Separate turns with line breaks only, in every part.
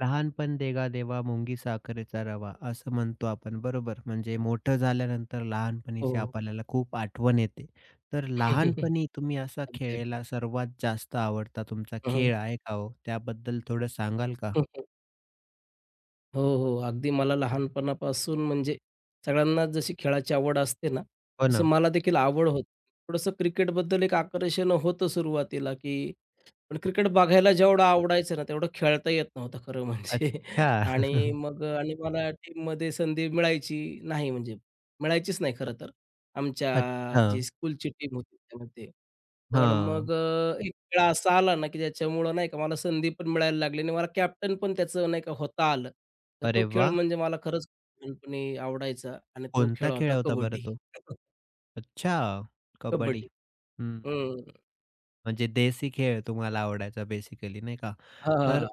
लहानपण देगा देवा मुंगी साखरेचा रवा असं म्हणतो आपण. बरोबर, म्हणजे मोठं झाल्यानंतर लहानपणीची
हो.
आपल्याला खूप आठवण येते. तर
अगदी,
लहानपणी तुम्ही असा
अगदी.
खेळलेला सर्वात जास्त आवडता तुमचा
हं, हं.
खेळ आहे का हो? त्याबद्दल थोडं सांगाल का?
हो, हो. अगदी मला लहानपणापासून म्हणजे सगळ्यांनाच जशी खेळाची आवड असते ना,
हो
तसं
ना.
मला देखील आवड होती. थोडंसं क्रिकेटबद्दल एक आकर्षण होतं सुरुवातीला, की पण क्रिकेट बघायला जेवढं आवडायचं ना, तेवढं खेळता येत नव्हतं खरं म्हणजे.
अच्छा.
आणि मला टीममध्ये संधी मिळायची नाही म्हणजे मिळायचीच नाही खरं तर. आमच्या
अच्छा.
जी स्कूलची टीम होती त्यामध्ये. पण
हां.
मग एक वेळा असा आला ना, की ज्याच्यामुळं नाही का मला संधी पण मिळायला लागली आणि मला कॅप्टन पण त्याचं नाही का होता आलं. तर
अरे
तो खेळ
वा.
म्हणजे मला खरंच लहानपणी आवडायचा आणि तो खेळ
कोणता खेळ
होता
होता बरं
कबड्डी.
तो? अच्छा. कबड्डी.
कबड्डी.
हम्म.
हं.
म्हणजे देसी खेळ तुम्हाला आवडायचा बेसिकली, नाही का?
हां, हां,
तर
हां.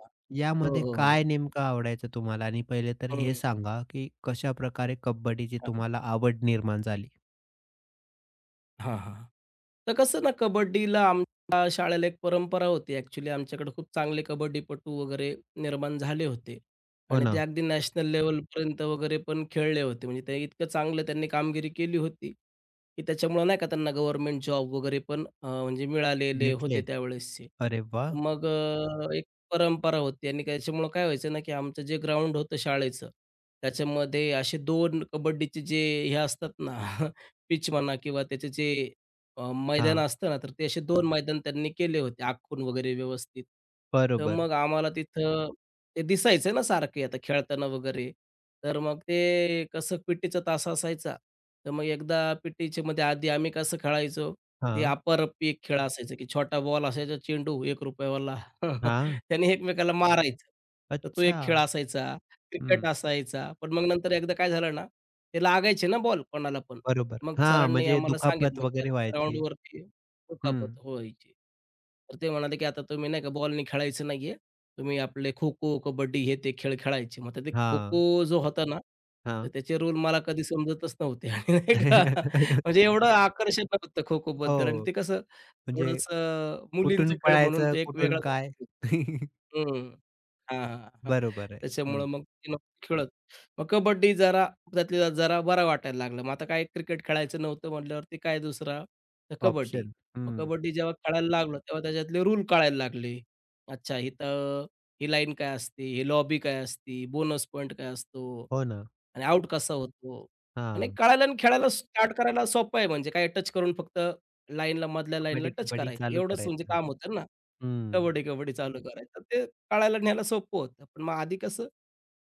हो,
यामध्ये
हो,
काय
हो.
नेमकं आवडायचं तुम्हाला? आणि पहिले तर हे सांगा, की कशा कशाप्रकारे कबड्डीची
हं.
तुम्हाला आवड निर्माण झाली?
हां, हां. तर कसं ना कबड्डीला आमच्या शाळेला एक परंपरा होती. ॲक्चुअली आमच्याकडे खूप चांगले कबड्डीपटू वगैरे निर्माण झाले होते
हो
आणि ते
ना.
अगदी नॅशनल लेव्हलपर्यंत वगैरे पण खेळले होते. म्हणजे ते इतकं चांगलं त्यांनी कामगिरी केली होती, की त्याच्यामुळं नाही का त्यांना गव्हर्नमेंट जॉब वगैरे पण म्हणजे मिळालेले होते
भेटले.
त्यावेळेसचे.
अरे वाह!
तर मग एक परंपरा होती आणि त्याच्यामुळं काय व्हायचं ना, की आमचं जे ग्राउंड होतं शाळेचं, त्याच्यामध्ये असे 2 कबड्डीचे जे हे असतात ना पिच म्हणा किंवा त्याचे जे मैदान
हां.
असतं ना, तर ते असे दोन मैदान त्यांनी केले होते आखून वगैरे व्यवस्थित. तर
बरोबर.
मग आम्हाला तिथं ते दिसायचं ना सारखे आता खेळताना वगैरे. तर मग ते कसं पी-टीचा तास असायचा. तर मग एकदा पी-टीच्यामध्ये आधी आम्ही कसं खेळायचो, ते
हां.
अपर पी खेळ असायचा, की छोटा बॉल असायचा चेंडू ₹1 वाला.
हां.
त्याने एकमेकाला मारायचं. तर तो
अच्छा.
एक खेळ असायचा. क्रिकेट
हं.
असायचा. पण मग नंतर एकदा काय झालं ना, ते लागायचे ना बॉल कोणाला पण.
बरोबर.
मग
हां,
सरांनी
म्हणजे
आम्हाला
दुखापत
सांगितलं, की
वगैरे
आता
व्हायची.
ग्राउंडवरती दुखापत
हं.
व्हायची. तर ते म्हणाले, की आता तुम्ही नाही का बॉलनी खेळायचं नाहीये. तुम्ही आपले खो-खो, कबड्डी हे ते खेळ खेळायचे. मग आता ते
हां.
खो-खो जो होता ना, तर
हां.
त्याचे रूल मला कधी समजतच नव्हते आणि नाही का म्हणजे एवढं आकर्षण नव्हतं खो-खोबद्दल आणि
हो.
ते कसं
म्हणजे
थोडंसं मुलींचा
कुठून
खेळ म्हणून
पळायचं,
ते एक वेगळा
कुठून काय?
हं. हां, हां, हां.
बरोबर आहे.
त्याच्यामुळं
हं.
मग ते नव्हतं खेळत. मग कबड्डी जरा त्यातल्या त्यात जरा बरा वाटायला लागला. मग आता काय क्रिकेट खेळायचं नव्हतं म्हटल्यावरती काय दुसरा, तर कबड्डी.
ऑप्शन.
मग
हं.
कबड्डी जेव्हा खेळायला लागलो, तेव्हा त्याच्यातले रूल कळायला लागले. अच्छा इथं ही लाईन काय असते, ही लॉबी काय असते, बोनस पॉईंट काय असतो
हो ना.
आणि आउट कसा होतो आणि
हां.
कळायला आणि खेळायला स्टार्ट करायला सोपं आहे म्हणजे काय टच करून फक्त लाईनला मधल्या लाईनला
कबड्डी,
टच
कबड्डी
करायचं
चालू
एवढंच म्हणजे
करायचं.
काम होतं ना.
हं.
कबड्डी, कबड्डी चालू करायचं. ते टाळायला न्यायला सोपं होतं. पण मग आधी कसं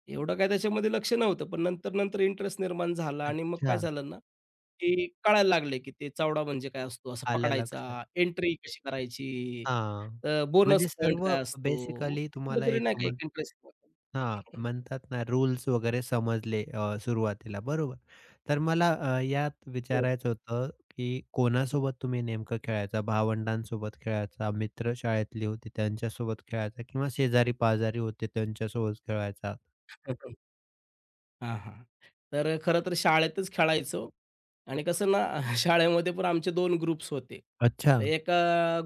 एवढं काय त्याच्यामध्ये लक्ष नव्हतं. पण नंतर-नंतर इंटरेस्ट निर्माण झाला आणि मग काय
अच्छा.
झालं ना, की कळायला लागले, की ते चावडा म्हणजे काय असतो, असा
आलं लक्षात.
पकडायचा, एंट्री कशी करायची,
हां.
बोनस
म्हणजे
पॉइंट
सर्व
काय असतो. मग
बेसिकली तुम्हाला
कुठेतरी नाही
एक
का
म्हण.
एक इंटरेस्ट
हां, म्हणतात ना रूल्स वगैरे समजले सुरुवातीला, बरोबर. तर मला यात
हो.
विचारायचं होतं, की कोणासोबत तुम्ही नेमकं खेळायचा? भावंडांसोबत खेळायचा, मित्र शाळेतली होती त्यांच्यासोबत खेळायचा किंवा शेजारी-पाजारी होते त्यांच्यासोबत खेळायचा?
हां, हां. तर खरं तर शाळेतच खेळायचो आणि कसं ना शाळेमध्ये पण आमचे दोन ग्रुप्स होते.
अच्छा.
तर एका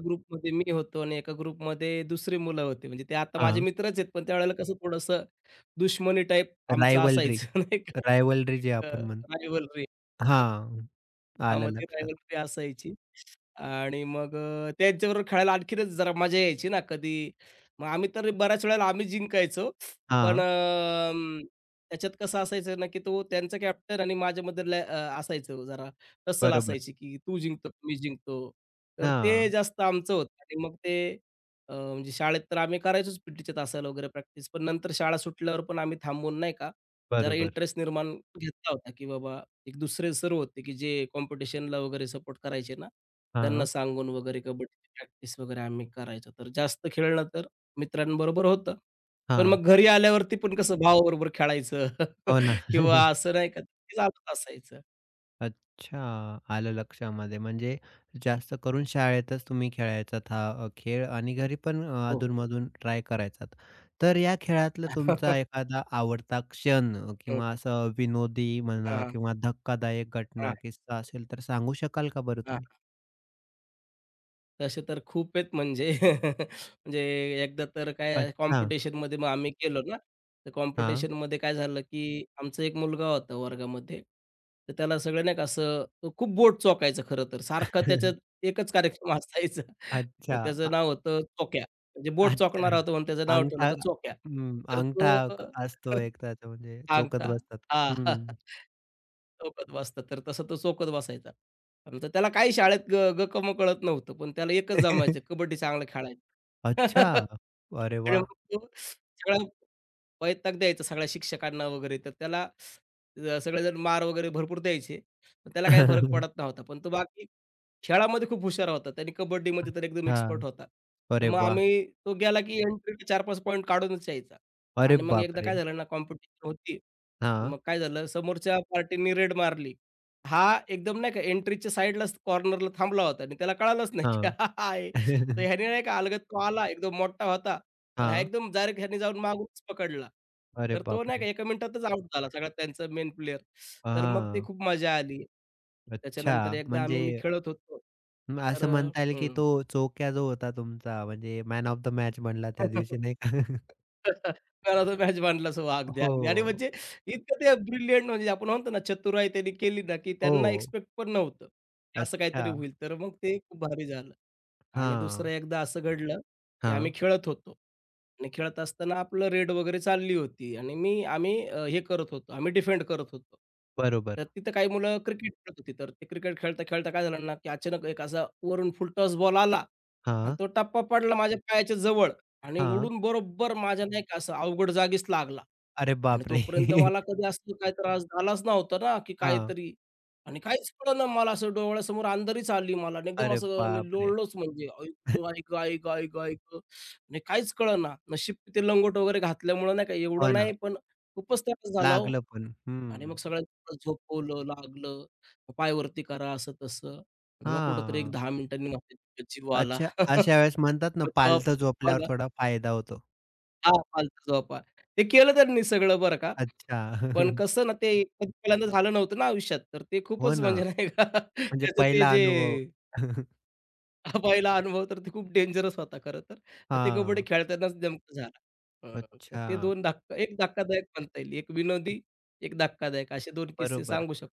ग्रुपमध्ये मी होतो आणि एका ग्रुपमध्ये दुसरी मुलं होती. म्हणजे ते आता माझे
हां.
मित्रच आहेत, पण त्यावेळेला कसं थोडंसं दुश्मनी टाईप आमचं
रायव्हलरी,
असायचं नाही का?
रायव्हलरी जे आपण म्हणतो.
रायव्हलरी
हां,
हां, मग
आलं
ती
लक्षात.
रायव्हलरी असायची. आणि मग त्यांच्याबरोबर खेळायला आणखीनच जरा मजा यायची ना. कधी मग आम्ही तर बऱ्याच वेळेला आम्ही जिंकायचो. पण
हां,
त्याच्यात कसं असायचं ना, की तो त्यांचा कॅप्टन आणि माझ्यामध्ये लय असायचं जरा टसल
बरोबर.
असायची, की तू जिंकतो, मी जिंकतो. तर
हां,
ते जास्त आमचं होतं आणि मग ते म्हणजे शाळेत तर आम्ही करायचोच पी तासाला वगैरे प्रॅक्टिस. पण नंतर शाळा सुटल्यावर पण आम्ही थांबून नाही का, जरा
बरोबर.
इंटरेस्ट निर्माण घेतला होता, की बाबा एक दुसरे सर होते, की जे कॉम्पिटिशनला वगैरे सपोर्ट करायचे ना, त्यांना
हां,
सांगून वगैरे कबड्डीची प्रॅक्टिस वगैरे आम्ही करायचो. तर जास्त खेळणं तर मित्रांबरोबर होतं. पण
हां.
मग घरी आल्यावरती पण कसं भावाबरोबर खेळायचं
हो ना.
किंवा असं नाही का, ते चालूच असायचं.
अच्छा, आलं लक्षामध्ये. म्हणजे जास्त करून शाळेतच तुम्ही खेळायचात हा खेळ, आणि घरी पण
हो, हो.
अधून-मधून ट्राय करायचात. तर या खेळातला तुमचा एखादा आवडता क्षण
हं.
किंवा असं विनोदी
हां,
म्हणा
हां.
किंवा धक्कादायक
हां,
घटना, किस्सा असेल तर सांगू शकाल का बरं तुम्ही?
तसे तर खूप आहेत म्हणजे म्हणजे एकदा तर काय
अच्छा.
कॉम्पिटिशनमध्ये मग आम्ही गेलो ना, तर
हां.
कॉम्पिटिशनमध्ये काय झालं, की आमचा एक मुलगा होता वर्गामध्ये, तर त्याला सगळे नाही का असं तो खूप बोट चोकायचा खरं तर. सारखा त्याच्यात एकच कार्यक्रम असायचा. तर
अच्छा.
त्याचं नाव होतं चोक्या. म्हणजे बोट
अच्छा.
चोकणारा होता म्हणून त्याचं नाव ठेवलं
अंगठा.
होतं चोक्या.
हं,
तर
अंगठा
तो
क असतो एक त्याचा, म्हणजे चोखत
सांगता.
बसतात.
हां.
हं.
चौकात बसतात. तर तसं तो चौकात बसायचा. आणि तर त्याला काही शाळेत ग गकम कळत नव्हतं. पण त्याला एकच जमायचं कबड्डी चांगलं खेळायचं.
अच्छा. अरे
आणि
वाह!
मग तो सगळा वैताग द्यायचा सगळ्या शिक्षकांना वगैरे. तर त्याला सगळेजण मार वगैरे भरपूर द्यायचे. पण त्याला काही फरक पडत नव्हता. पण तो बाकी खेळामध्ये खूप हुशार होता. त्याने कबड्डीमध्ये तर एकदम एक्सपर्ट
हां.
होता. तर
अरे
मग
वाह!
आम्ही तो गेला की एंट्रीला 4-5 पॉइंट काढूनच यायचा.
अरे
आणि मग एकदा
बापरे!
काय झालं ना कॉम्पिटिशन होती.
हां,
मग काय झालं, समोरच्या पार्टीनी रेड मारली. हा एकदम नाही का एंट्रीच्या साइडलाच कॉर्नरला थांबला होता आणि त्याला कळालंच नाही, की
हां.
हा हा आहे.
हां.
तर ह्याने नाही का अलगद तो आला एकदम मोठा होता. पण हा एकदम डायरेक्ट ह्याने जाऊन मागूनच पकडला.
अरे
तर तो नाही का
बापरे!
एका मिनिटातच आउट झाला सगळा त्यांचा मेन प्लेयर. तर मग ते
हां.
खूप मजा आली.
अच्छा.
त्याच्यानंतर एकदा आम्ही
म्हणजे
मी खेळत होतो.
म
तर
असं म्हणता येईल की तो चोक्या जो होता तुमचा, म्हणजे मॅन ऑफ द मॅच बनला त्या दिवशी, नाही का?
घराचा मॅच मांडलास हो. अगदी, अगदी. आणि
हो.
म्हणजे इतकं ते ब्रिलियंट म्हणजे आपण म्हणतो ना चतुराई त्यांनी केली ना, की त्यांना
हो.
एक्सपेक्ट पण नव्हतं. की असं
अच्छा.
काहीतरी होईल. तर मग ते खूप भारी झालं. आणि दुसरं
हां,
एकदा असं घडलं, की
हां.
आम्ही खेळत होतो आणि खेळत असताना आपलं रेड वगैरे चालली होती आणि मी आम्ही हे करत होतो, आम्ही डिफेंड करत होतो. तर
बरोबर.
तिथं काही मुलं क्रिकेट खेळत होती. तर ते क्रिकेट खेळता-खेळता काय झालं ना, की अचानक एक असा वरून फुल टॉस बॉल आला आणि
हां,
तो टप्पा पडला माझ्या पायाच्या जवळ आणि
हां.
उडून बरोबर माझ्या नाही का असं अवघड जागीच लागला.
अरे
आणि
बापरे!
तोपर्यंत मला कधी असं काही त्रास झालाच नव्हता ना, की
हां.
काहीतरी आणि काहीच कळेना मला असं डोळ्यासमोर अंधारीच आली मला आणि एकदम
अरे
असं मी
बापरे!
लोळलोच म्हणजे आई गं, आई गं, आई गं, आई गं, आई गं आणि काहीच कळेना. नशीब ते लंगोट वगैरे घातल्यामुळं नाही का एवढं
हो ना,
नाही, पण खूपच त्रास झाला हो
लागलं पण.
आणि मग
हं.
सगळ्यांना झोपवलं, लागलं. मग पाय वरती करा, असं-तसं आणि मग कुठेतरी एक
हां.
10 मिनिटांनी माझ्या जीव आला.
अच्छा, अशा वेळेस म्हणतात ना,
मग तेव्हा
पालथं झोपल्यावर
मला
थोडा फायदा होतो.
हां, फालतू झोपा. ते केलं त्यांनी सगळं बरं का.
अच्छा.
पण कसं ना, ते कधी पहिल्यांदा झालं नव्हतं ना आयुष्यात, तर ते
हो
खूपच
ना,
म्हणजे नाही का
म्हणजे
त्याचं ते
पहिला
जे
अनुभव.
हा पहिला अनुभव तर ते खूप डेंजरस होता खरं तर. ते कबड्डी
हां.
खेळतानाच नेमकं झाला. हं, तर
अच्छा,
ते 2 धक्का एक धक्कादायक म्हणता येईल. एक विनोदी, एक धक्कादायक असे 2 किस्से
बरोबर.
सांगू शकतो.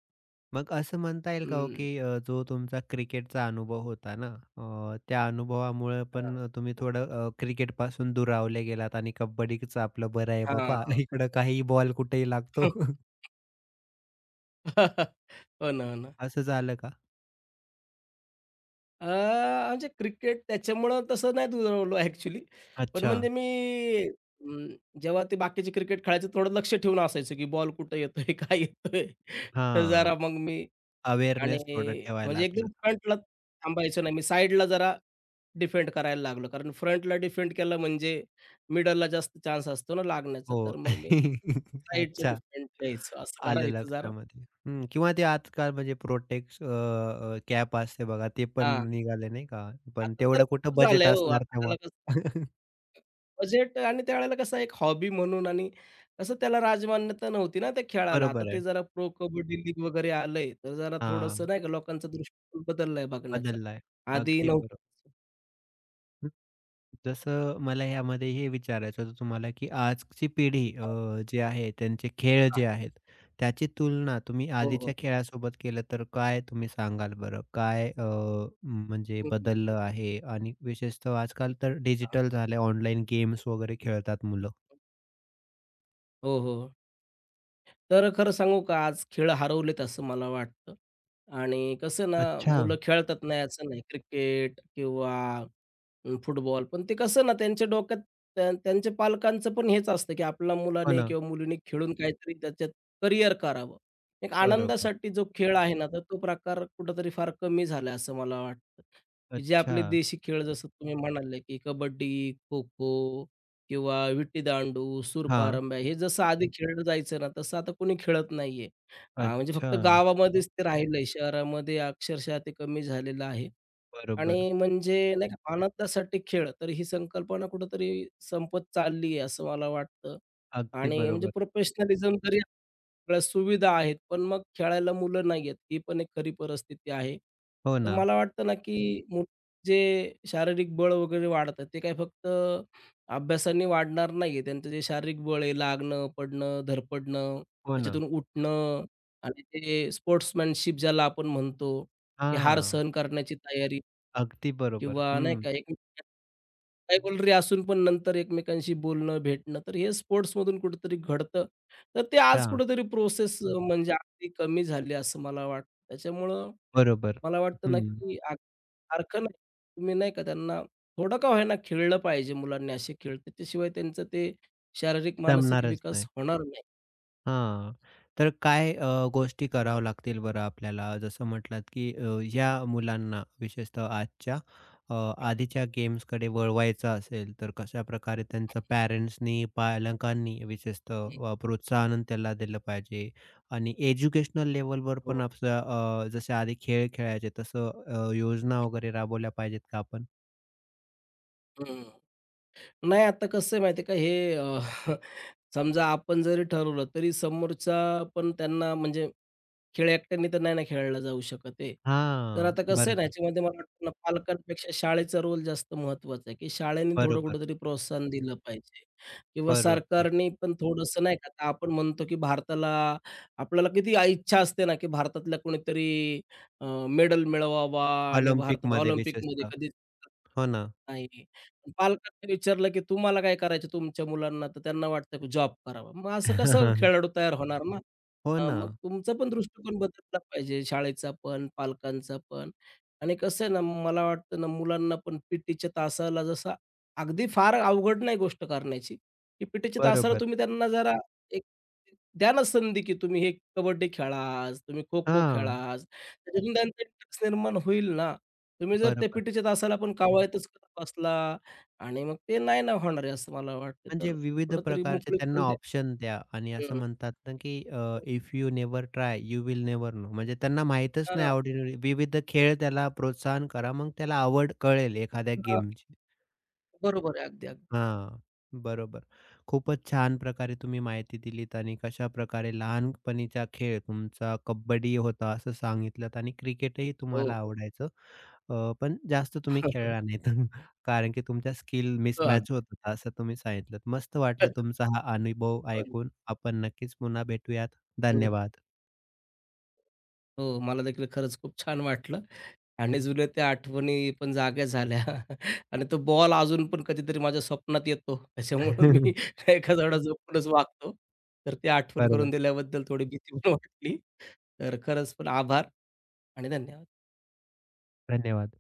मग असं म्हणता येईल का हो,
हं.
की जो तुमचा क्रिकेटचा अनुभव होता ना, त्या अनुभवामुळे पण तुम्ही थोडं क्रिकेटपासून दुरावले गेलात आणि कबड्डीच आपलं बरं आहे
हां,
बाबा,
हां.
इकडं काही बॉल कुठेही लागतो.
हो ना, हो ना.
असं झालं का?
अ, म्हणजे क्रिकेट त्याच्यामुळं तसं नाही दुरावलो ॲक्चुअली. पण
अच्छा.
म्हणजे मी अं, जेव्हा ते बाकीचे क्रिकेट खेळायचं थोडं लक्ष ठेवून असायचं, की बॉल कुठं येतोय, काय येतोय? तर
हां.
जरा मग मी आणि
अवेअरनेस थोडा ठेवायला
म्हणजे एकदम
लागला.
फ्रंटला थांबायचो नाही. मी साईडला जरा डिफेंड करायला लागलो. कारण फ्रंटला डिफेंड केलं म्हणजे मिडलला जास्त चान्स असतो ना लागण्याचा.
हो.
तर मग मी साईडचं
अच्छा.
डिफेंड घ्यायचो. असं
आलं
करायचं जरा.
लक्षामध्ये. हं. किंवा ते आजकाल म्हणजे प्रोटेक्स अ, अ, कॅप असते बघा, ते पण निघाले नाही का? पण
आता तर
तेवढं कुठं
खूप
बजेट
झालंय हो.
असणार
आपल्याला
तेव्हा.
कसं बजेट आणि त्यावेळेला कसं एक हॉबी म्हणून आणि कसं त्याला राजमान्यता नव्हती ना त्या खेळाला. आता
बरोबर आहे.
ते जरा प्रो कबड्डी लीग वगैरे आलंय, तर जरा थोडंसं
हां.
नाही का लोकांचा दृष्टिकोन बदललाय बघण्याचा.
बदललाय.
आधी
अगदी
नव्हतं.
बरोबर. जसं मला यामध्ये हे विचारायचं होतं तुम्हाला, की आजची पिढी
हां,
जी आहे त्यांचे खेळ
हां.
जे आहेत, त्याची तुलना तुम्ही
हो, हो.
आधीच्या खेळासोबत केलं तर काय तुम्ही सांगाल बरं? काय म्हणजे
हं, हं.
बदललं आहे? आणि विशेषतः आजकाल तर डिजिटल झाले, ऑनलाईन गेम्स वगैरे खेळतात मुलं.
हो, हो. तर खरं सांगू का, आज खेळ हरवलेत असं मला वाटतं आणि कसं ना,
अच्छा.
मुलं खेळतात नाही असं नाही. क्रिकेट किंवा फुटबॉल, पण ते कसं ना, त्यांच्या डोक्यात त्या त्यांच्या पालकांचं पण हेच असतं, की आपल्या
हो
मुलाने
ना.
किंवा मुलीने खेळून काहीतरी त्याच्यात करियर करावं. एक
बरोबर.
आनंदासाठी जो खेळ आहे ना, तर तो प्रकार कुठेतरी फार कमी झाला असं मला वाटतं, की जे
अच्छा.
आपले देशी खेळ जसं तुम्ही म्हणाले, की कबड्डी, खो-खो किंवा विटीदांडू,
हां.
सूरपारंब्या हे जसं आधी खेळलं जायचं ना, तसं आता कोणी खेळत नाहीये. म्हणजे
अच्छा.
फक्त गावामध्येच ते राहिलंय. शहरामध्ये अक्षरशः ते कमी झालेलं आहे.
बरोबर.
आणि म्हणजे नाही का अनाथासाठी खेळ, तर ही संकल्पना कुठेतरी संपत चालली आहे असं मला वाटतं.
अगदी
आणि म्हणजे
बरोबर.
प्रोफेशनलिझम जरी सगळ्या सुविधा आहेत, पण मग खेळायला मुलं नाहीयेत, ही पण एक खरी परिस्थिती आहे.
हो
तर
ना.
मला वाटतं ना, की मु जे शारीरिक बळ वगैरे वाढतं, ते काय फक्त अभ्यासाने वाढणार नाहीये. त्यांचं जे शारीरिक बळ आहे, लागणं, पडणं, धडपडणं,
हो ना.
त्याच्यातून उठणं आणि ते स्पोर्ट्समॅनशिप ज्याला आपण म्हणतो, की हार
हां.
सहन करण्याची तयारी.
अगदी बरोबर.
किंवा नाही
हं.
का एकमेकांना रायव्हलरी असून पण नंतर एकमेकांशी बोलणं, भेटणं, तर हे स्पोर्ट्समधून कुठेतरी घडतं. तर ते आज
अच्छा.
कुठेतरी प्रोसेस म्हणजे अगदी कमी झाली असं मला वाटतं. त्याच्यामुळं
बरोबर.
मला वाटतं ना,
हं.
की अग सारखं नाही, तुम्ही नाही का त्यांना थोडं का होईना खेळलं पाहिजे मुलांनी असे खेळ. त्याच्याशिवाय त्यांचं ते शारीरिक, मानसिक
जमणारच
विकास
नाही.
होणार नाही.
हां. तर काय गोष्टी कराव्या लागतील बरं आपल्याला? जसं म्हटलात, की या मुलांना विशेषतः आजच्या अ, आधीच्या गेम्सकडे वळवायचं असेल, तर कशाप्रकारे त्यांचं पॅरेंट्सनी, पालकांनी विशेषतः
हं,
प्रोत्साहन त्याला दिलं पाहिजे? आणि एज्युकेशनल लेव्हलवर
हो.
पण आपलं जसे आधी खेळ खेळायचे, तसं योजना वगैरे राबवल्या पाहिजेत का आपण?
हं. नाही आता कसं आहे माहिती आहे का हे समजा आपण जरी ठरवलं तरी समोरचा पण त्यांना म्हणजे खेळ एकट्याने तर नाही ना खेळला जाऊ शकत आहे. तर
हां.
आता कसं आहे ना,
बरोबर,
याच्यामध्ये मला वाटतं ना, पालकांपेक्षा शाळेचा रोल जास्त महत्त्वाचा आहे, की शाळेने थोडं
बरोबर,
कुठेतरी प्रोत्साहन दिलं पाहिजे किंवा
बरोबर.
सरकारने पण थोडंसं नाही का, आता आपण म्हणतो की भारताला आपल्याला किती इच्छा असते ना, की भारतातल्या कोणीतरी मेडल मिळवावा आणि भारतात
ऑलिम्पिकमध्ये
ऑलिम्पिकमध्ये
विशेषतः.
कधीच
हो ना.
नाही. पालकांनी विचारलं, की तुम्हाला काय करायचं तुमच्या मुलांना? तर त्यांना वाटतं, की जॉब करावा. मग असं कसं खेळाडू तयार होणार ना?
हो ना,
मग तुमचा पण दृष्टिकोन बदलला पाहिजे, शाळेचा पण, पालकांचा पण. आणि कसं आहे ना, मला वाटतं ना, मुलांना पण पीटीच्या तासाला जसा अगदी फार अवघड नाही गोष्ट करण्याची, की पीटीच्या तासाला
बरोबर.
तुम्ही त्यांना जरा एक द्या ना संधी, की तुम्ही हे कबड्डी खेळा आज, तुम्ही खो-खो खेळा
हां,
आज. तरी त्रास निर्माण होईल ना. तुम्ही जर त्या
बरोबर.
पिटीच्या तासाला पण कावाळतच करत बसला आणि मग ते नाही ना होणार आहे असं मला वाटतं. तर
म्हणजे विविध
कुठेतरी
प्रकारचे
मोकळीक
त्यांना
पण द्यावी.
ऑप्शन द्या, आणि असं
हं.
म्हणतात ना, की if you never try, you will never know. म्हणजे त्यांना माहीतच नाही
हां.
आवडी, विविध खेळ त्याला प्रोत्साहन करा, मग त्याला आवड कळेल एखाद्या
हां.
गेमची.
बरोबर आहे. अगदी, अगदी.
हां, बरोबर. खूपच छान प्रकारे तुम्ही माहिती दिलीत आणि कशाप्रकारे लहानपणीचा खेळ तुमचा कबड्डी होता असं सांगितलंत आणि क्रिकेटही
हो,
तुम्हाला
हो.
आवडायचं. पण जास्त तुम्ही खेळला नाहीत. कारण की तुमच्या स्किल
हो,
मिसमॅच होत होता असं तुम्ही सांगितलंत. मस्त वाटलं
अगदी.
तुमचा हा अनुभव ऐकून. आपण नक्कीच पुन्हा भेटूयात.
हं.
धन्यवाद.
हो, मला देखील खरंच खूप छान वाटलं आणि जुन्या त्या आठवणी पण जाग्या झाल्या आणि तो बॉल अजून पण कधीतरी माझ्या स्वप्नात येतो. त्याच्यामुळं मी एखादा वेळा झोपूनच वागतो. तर ते आठवण करून
बरोबर.
दिल्याबद्दल थोडी भीती पण वाटली. तर खरंच पण आभार आणि धन्यवाद.
धन्यवाद.